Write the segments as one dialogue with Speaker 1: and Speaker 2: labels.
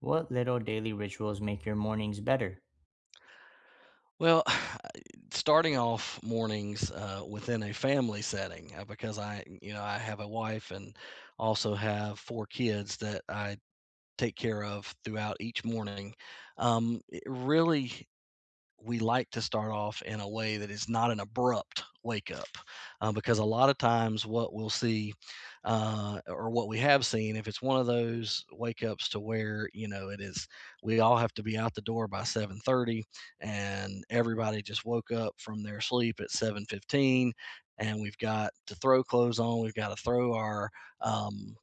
Speaker 1: What little daily rituals make your mornings better?
Speaker 2: Well, starting off mornings within a family setting because I, you know, I have a wife and also have four kids that I take care of throughout each morning. It really We like to start off in a way that is not an abrupt wake up because a lot of times what we'll see or what we have seen. If it's one of those wake ups to where you know it is, we all have to be out the door by 7:30 and everybody just woke up from their sleep at 7:15, and we've got to throw clothes on, we've got to throw our um,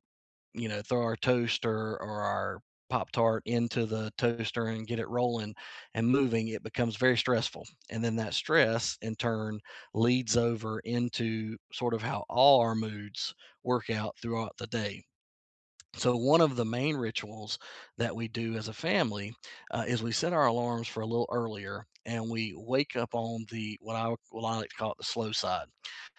Speaker 2: you know, throw our toaster or our Pop Tart into the toaster and get it rolling and moving, it becomes very stressful. And then that stress in turn leads over into sort of how all our moods work out throughout the day. So, one of the main rituals that we do as a family is we set our alarms for a little earlier, and we wake up on the what I like to call it the slow side,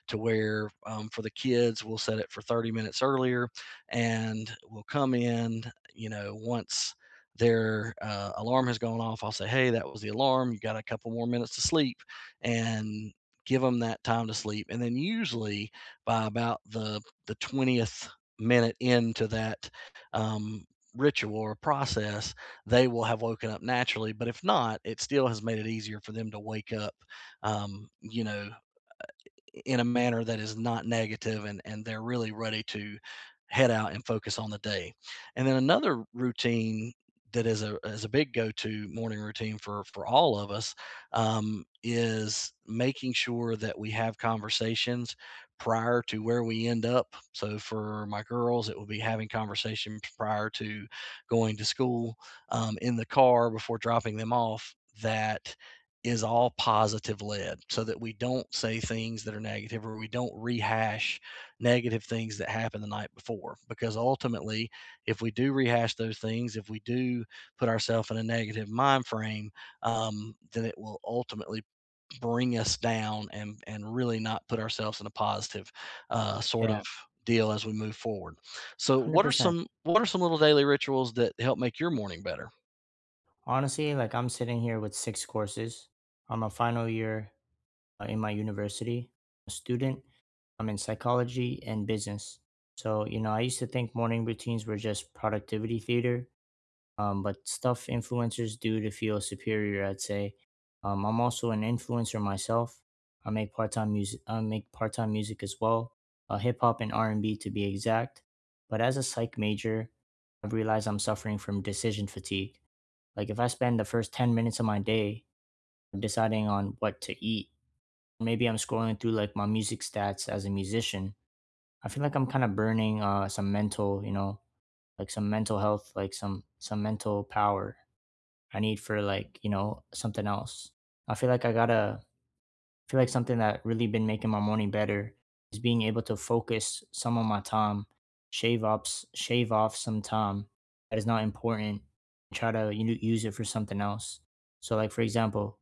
Speaker 2: to where for the kids we'll set it for 30 minutes earlier, and we'll come in, you know, once their alarm has gone off. I'll say, hey, that was the alarm, you got a couple more minutes to sleep, and give them that time to sleep. And then usually by about the 20th minute into that um, ritual or process, they will have woken up naturally. But if not, it still has made it easier for them to wake up you know, in a manner that is not negative, and they're really ready to head out and focus on the day. And then another routine that is a big go-to morning routine for all of us is making sure that we have conversations prior to where we end up. So for my girls, it will be having conversations prior to going to school, in the car before dropping them off, that is all positive led, so that we don't say things that are negative, or we don't rehash negative things that happened the night before. Because ultimately, if we do rehash those things, if we do put ourselves in a negative mind frame, then it will ultimately bring us down, and really not put ourselves in a positive sort of
Speaker 1: Yeah.
Speaker 2: deal as we move forward. So what are
Speaker 1: 100%.
Speaker 2: some what are some little daily rituals that help make your morning better?
Speaker 1: Honestly, like I'm sitting here with six courses. I'm a final year in my university, a student. I'm in psychology and business. So, you know, I used to think morning routines were just productivity theater, but stuff influencers do to feel superior, I'd say. I'm also an influencer myself. I make part-time music. I make part-time music as well, hip hop and R and B to be exact. But as a psych major, I've realized I'm suffering from decision fatigue. Like if I spend the first 10 minutes of my day deciding on what to eat, maybe I'm scrolling through like my music stats as a musician. I feel like I'm kind of burning some mental, you know, like some mental health, like some mental power I need for like, you know, something else. I feel like I feel like something that really been making my morning better is being able to focus some of my time, shave ups, shave off some time that is not important, try to you know, use it for something else. So like for example,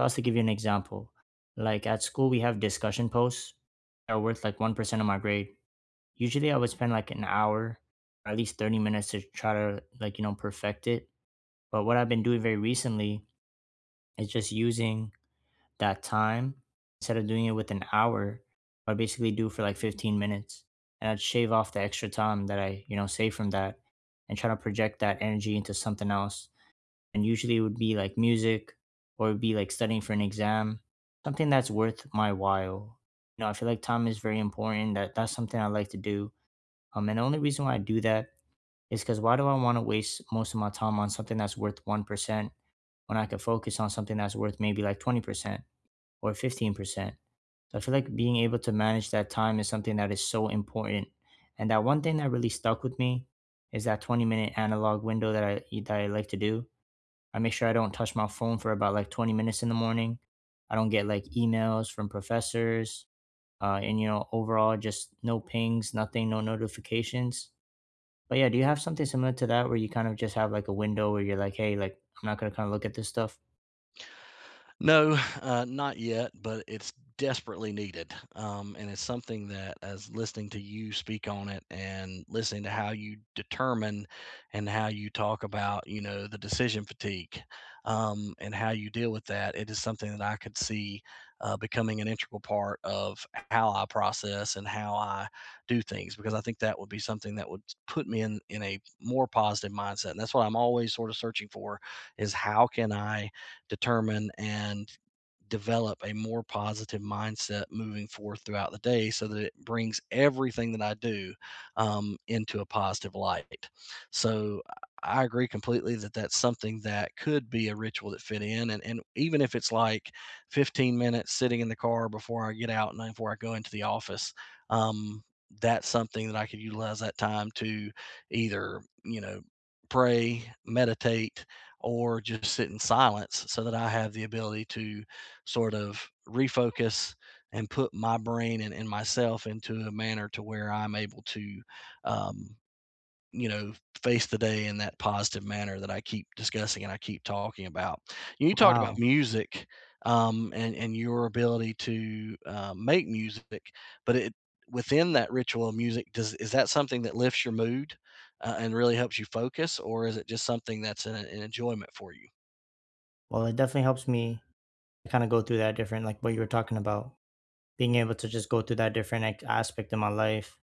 Speaker 1: I was to give you an example. Like at school we have discussion posts that are worth like 1% of my grade. Usually I would spend like an hour or at least 30 minutes to try to like, you know, perfect it. But what I've been doing very recently it's just using that time instead of doing it with an hour, I basically do for like 15 minutes. And I'd shave off the extra time that I, you know, save from that and try to project that energy into something else. And usually it would be like music or it'd be like studying for an exam, something that's worth my while. You know, I feel like time is very important. That's something I like to do. And the only reason why I do that is because why do I want to waste most of my time on something that's worth 1% when I could focus on something that's worth maybe like 20%? Or 15%. So I feel like being able to manage that time is something that is so important. And that one thing that really stuck with me is that 20-minute analog window that I like to do. I make sure I don't touch my phone for about like 20 minutes in the morning. I don't get like emails from professors. And you know, overall, just no pings, nothing, no notifications. But yeah, do you have something similar to that where you kind of just have like a window where you're like, hey, like I'm not gonna kind of look at this stuff?
Speaker 2: No, not yet, but it's desperately needed. And it's something that, as listening to you speak on it and listening to how you determine and how you talk about, you know, the decision fatigue and how you deal with that, it is something that I could see becoming an integral part of how I process and how I do things, because I think that would be something that would put me in a more positive mindset. And that's what I'm always sort of searching for, is how can I determine and develop a more positive mindset moving forth throughout the day, so that it brings everything that I do into a positive light. So I agree completely that that's something that could be a ritual that fit in. And even if it's like 15 minutes sitting in the car before I get out and before I go into the office, um, that's something that I could utilize that time to either, you know, pray, meditate, or just sit in silence, so that I have the ability to sort of refocus and put my brain and myself into a manner to where I'm able to, um, you know, face the day in that positive manner that I keep discussing and I keep talking about. You talked about
Speaker 1: Wow.
Speaker 2: music and your ability to make music, but it within that ritual of music, does is that something that lifts your mood and really helps you focus, or is it just something that's an enjoyment for you?
Speaker 1: Well, it definitely helps me kinda go through that different like what you were talking about, being able to just go through that different, like, aspect of my life,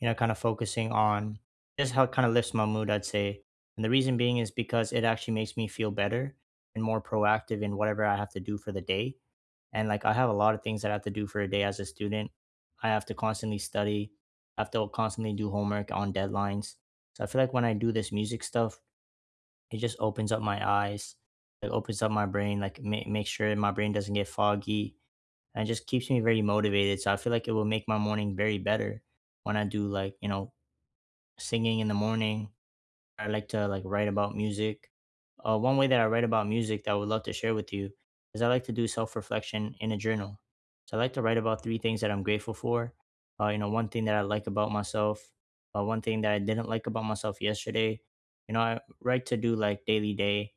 Speaker 1: you know, kinda focusing on just how it kinda lifts my mood, I'd say, and the reason being is because it actually makes me feel better and more proactive in whatever I have to do for the day, and, like, I have a lot of things that I have to do for a day as a student. I have to constantly study, I have to constantly do homework on deadlines, so I feel like when I do this music stuff, it just opens up my eyes, it opens up my brain, like, ma makes sure my brain doesn't get foggy, and it just keeps me very motivated. So I feel like it will make my morning very better when I do like, you know, singing in the morning. I like to like write about music. One way that I write about music that I would love to share with you is I like to do self reflection in a journal. So I like to write about 3 things that I'm grateful for. You know, one thing that I like about myself, one thing that I didn't like about myself yesterday. You know, I like to do like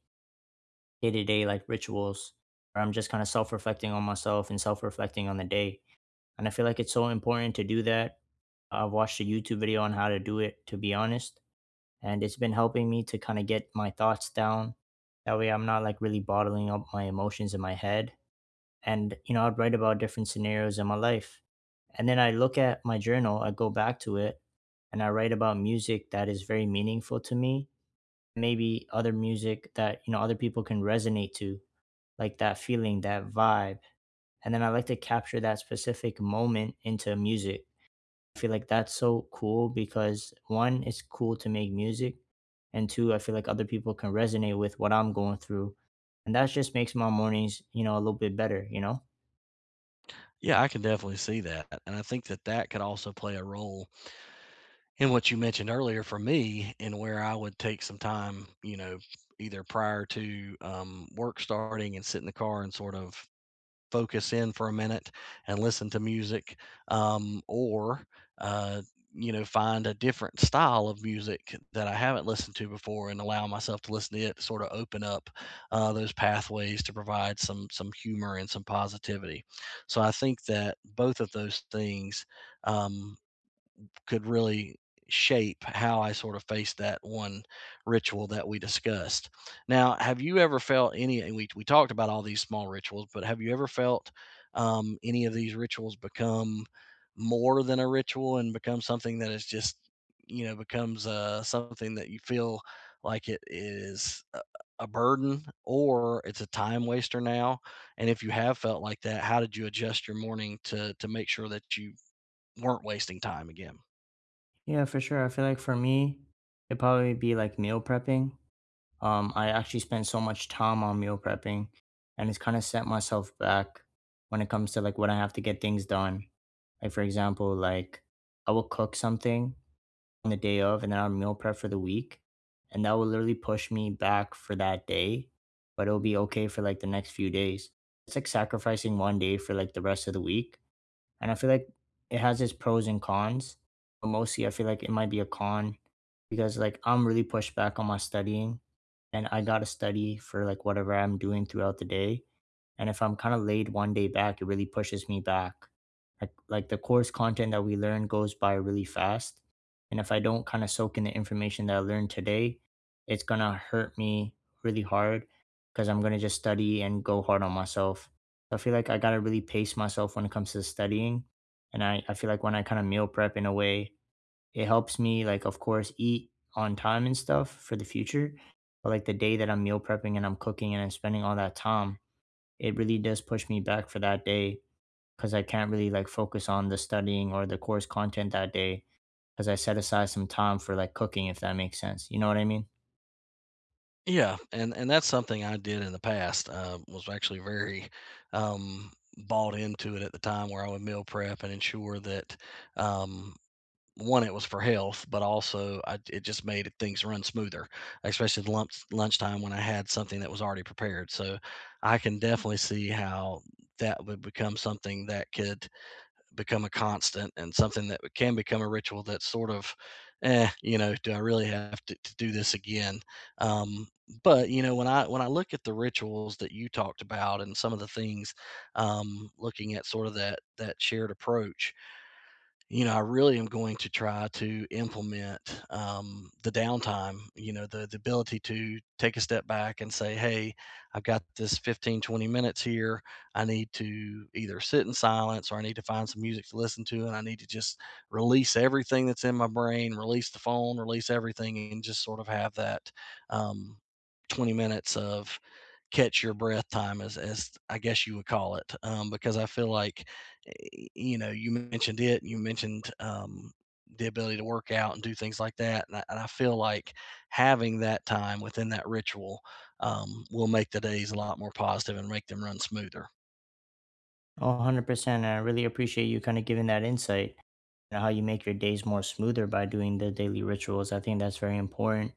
Speaker 1: day to day like rituals where I'm just kind of self reflecting on myself and self reflecting on the day and I feel like it's so important to do that. I've watched a YouTube video on how to do it, to be honest. And it's been helping me to kind of get my thoughts down. That way, I'm not like really bottling up my emotions in my head. And, you know, I'd write about different scenarios in my life. And then I look at my journal, I go back to it, and I write about music that is very meaningful to me. Maybe other music that, you know, other people can resonate to, like that feeling, that vibe. And then I like to capture that specific moment into music feel like that's so cool because one, it's cool to make music, and two, I feel like other people can resonate with what I'm going through, and that just makes my mornings, you know, a little bit better, you know?
Speaker 2: Yeah, I can definitely see that. And I think that that could also play a role in what you mentioned earlier for me, in where I would take some time, you know, either prior to work starting and sit in the car and sort of focus in for a minute and listen to music, or uh, you know, find a different style of music that I haven't listened to before and allow myself to listen to it. To Sort of open up those pathways to provide some humor and some positivity. So I think that both of those things um, could really shape how I sort of faced that one ritual that we discussed. Now, have you ever felt any, and we talked about all these small rituals, but have you ever felt any of these rituals become more than a ritual and become something that is just, you know, becomes something that you feel like it is a burden or it's a time waster now? And if you have felt like that, how did you adjust your morning to make sure that you weren't wasting time again?
Speaker 1: Yeah, for sure. I feel like for me, it'd probably be like meal prepping. I actually spend so much time on meal prepping, and it's kind of set myself back when it comes to like when I have to get things done. Like for example, like I will cook something on the day of and then I'll meal prep for the week. And that will literally push me back for that day, but it'll be okay for like the next few days. It's like sacrificing one day for like the rest of the week. And I feel like it has its pros and cons, but mostly I feel like it might be a con because like I'm really pushed back on my studying and I got to study for like whatever I'm doing throughout the day and if I'm kind of laid one day back, it really pushes me back. Like the course content that we learn goes by really fast. And if I don't kind of soak in the information that I learned today, it's gonna hurt me really hard because I'm gonna just study and go hard on myself. So I feel like I gotta really pace myself when it comes to studying. And I feel like when I kind of meal prep in a way, it helps me like of course eat on time and stuff for the future. But like the day that I'm meal prepping and I'm cooking and I'm spending all that time it really does push me back for that day because I can't really like focus on the studying or the course content that day because I set aside some time for like cooking, if that makes sense. You know what I mean?
Speaker 2: Yeah, and that's something I did in the past. Was actually very um, bought into it at the time, where I would meal prep and ensure that um, one, it was for health, but also I, it just made it- things run smoother, especially at lunchtime when I had something that was already prepared. So I can definitely see how that would become something that could become a constant and something that can become a ritual that's sort of, eh, you know, do I really have to, do this again? Um, but you know, when I look at the rituals that you talked about and some of the things, looking at sort of that shared approach, you know, I really am going to try to implement the downtime, you know, the ability to take a step back and say, hey, I've got this 15, 20 minutes here. I need to either sit in silence, or I need to find some music to listen to. And I need to just release everything that's in my brain, release the phone, release everything, and just sort of have that um, 20 minutes of catch your breath time, as I guess you would call it, because I feel like, eh, you know, you mentioned it, and you mentioned the ability to work out and do things like that, and I feel like having that time within that ritual will make the days a lot more positive and make them run smoother.
Speaker 1: Oh, 100%. I really appreciate you kind of giving that insight and how you make your days more smoother by doing the daily rituals. I think that's very important.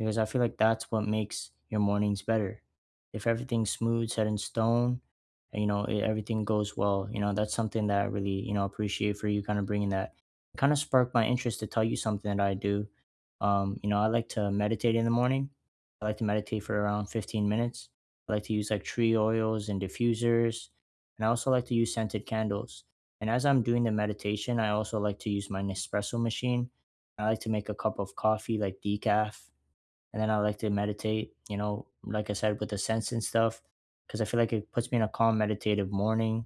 Speaker 1: Because I feel like that's what makes your mornings better. If everything's smooth, set in stone, and you know, everything goes well, you know, that's something that I really, you know, appreciate for you kind of bringing that. It kind of sparked my interest to tell you something that I do. You know, I like to meditate in the morning. I like to meditate for around 15 minutes. I like to use like tree oils and diffusers, and I also like to use scented candles. And as I'm doing the meditation, I also like to use my Nespresso machine. I like to make a cup of coffee, like decaf and then I like to meditate, you know, like I said, with the scents and stuff, because I feel like it puts me in a calm, meditative morning.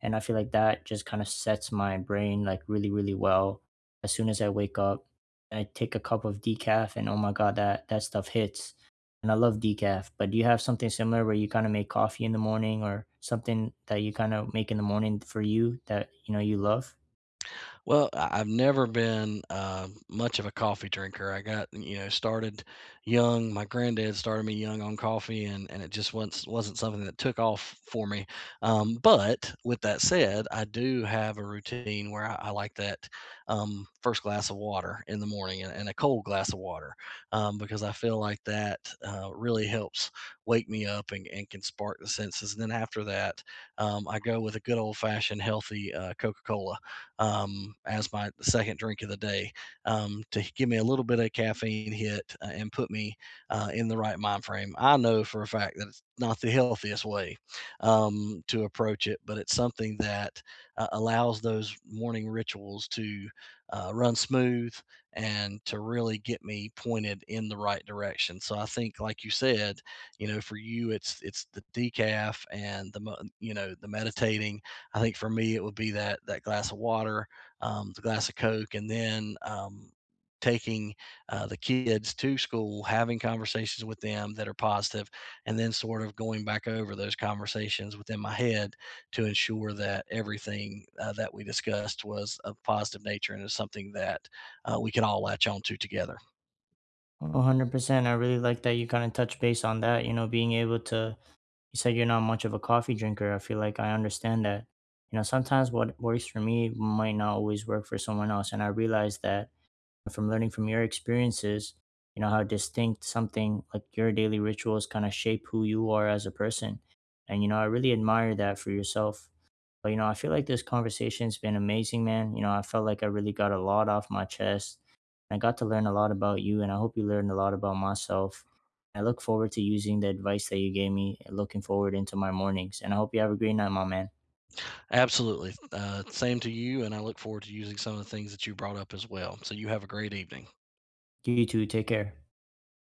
Speaker 1: And I feel like that just kind of sets my brain like really, really well. As soon as I wake up, I take a cup of decaf, and oh my God, that stuff hits. And I love decaf, but do you have something similar where you kind of make coffee in the morning or something that you kind of make in the morning for you that, you know, you love?
Speaker 2: Well, I've never been much of a coffee drinker. I got, you know, started young. My granddad started me young on coffee, and it just wasn't something that took off for me. But with that said, I do have a routine where I like that first glass of water in the morning, and a cold glass of water because I feel like that really helps wake me up, and can spark the senses. And then after that, I go with a good old fashioned healthy Coca Cola as my second drink of the day, to give me a little bit of caffeine hit and put me in the right mind frame. I know for a fact that it's not the healthiest way to approach it, but it's something that allows those morning rituals to run smooth and to really get me pointed in the right direction. So I think, like you said, you know, for you, it's the decaf and the you know, the meditating. I think for me, it would be that that glass of water, the glass of Coke, and then taking the kids to school, having conversations with them that are positive, and then sort of going back over those conversations within my head to ensure that everything that we discussed was of positive nature and is something that we can all latch on to together.
Speaker 1: 100%. I really like that you kind of touch base on that, you know, being able to you said you're not much of a coffee drinker. I feel like I understand that. You know, sometimes what works for me might not always work for someone else. And I realize that from learning from your experiences, you know, how distinct something like your daily rituals kind of shape who you are as a person. And, you know, I really admire that for yourself. But, you know, I feel like this conversation's been amazing, man. You know, I felt like I really got a lot off my chest. I got to learn a lot about you, and I hope you learned a lot about myself. I look forward to using the advice that you gave me, looking forward into my mornings. And I hope you have a great night, my man.
Speaker 2: Absolutely. Same to you, and I look forward to using some of the things that you brought up as well. So you have a great evening.
Speaker 1: You too. Take care.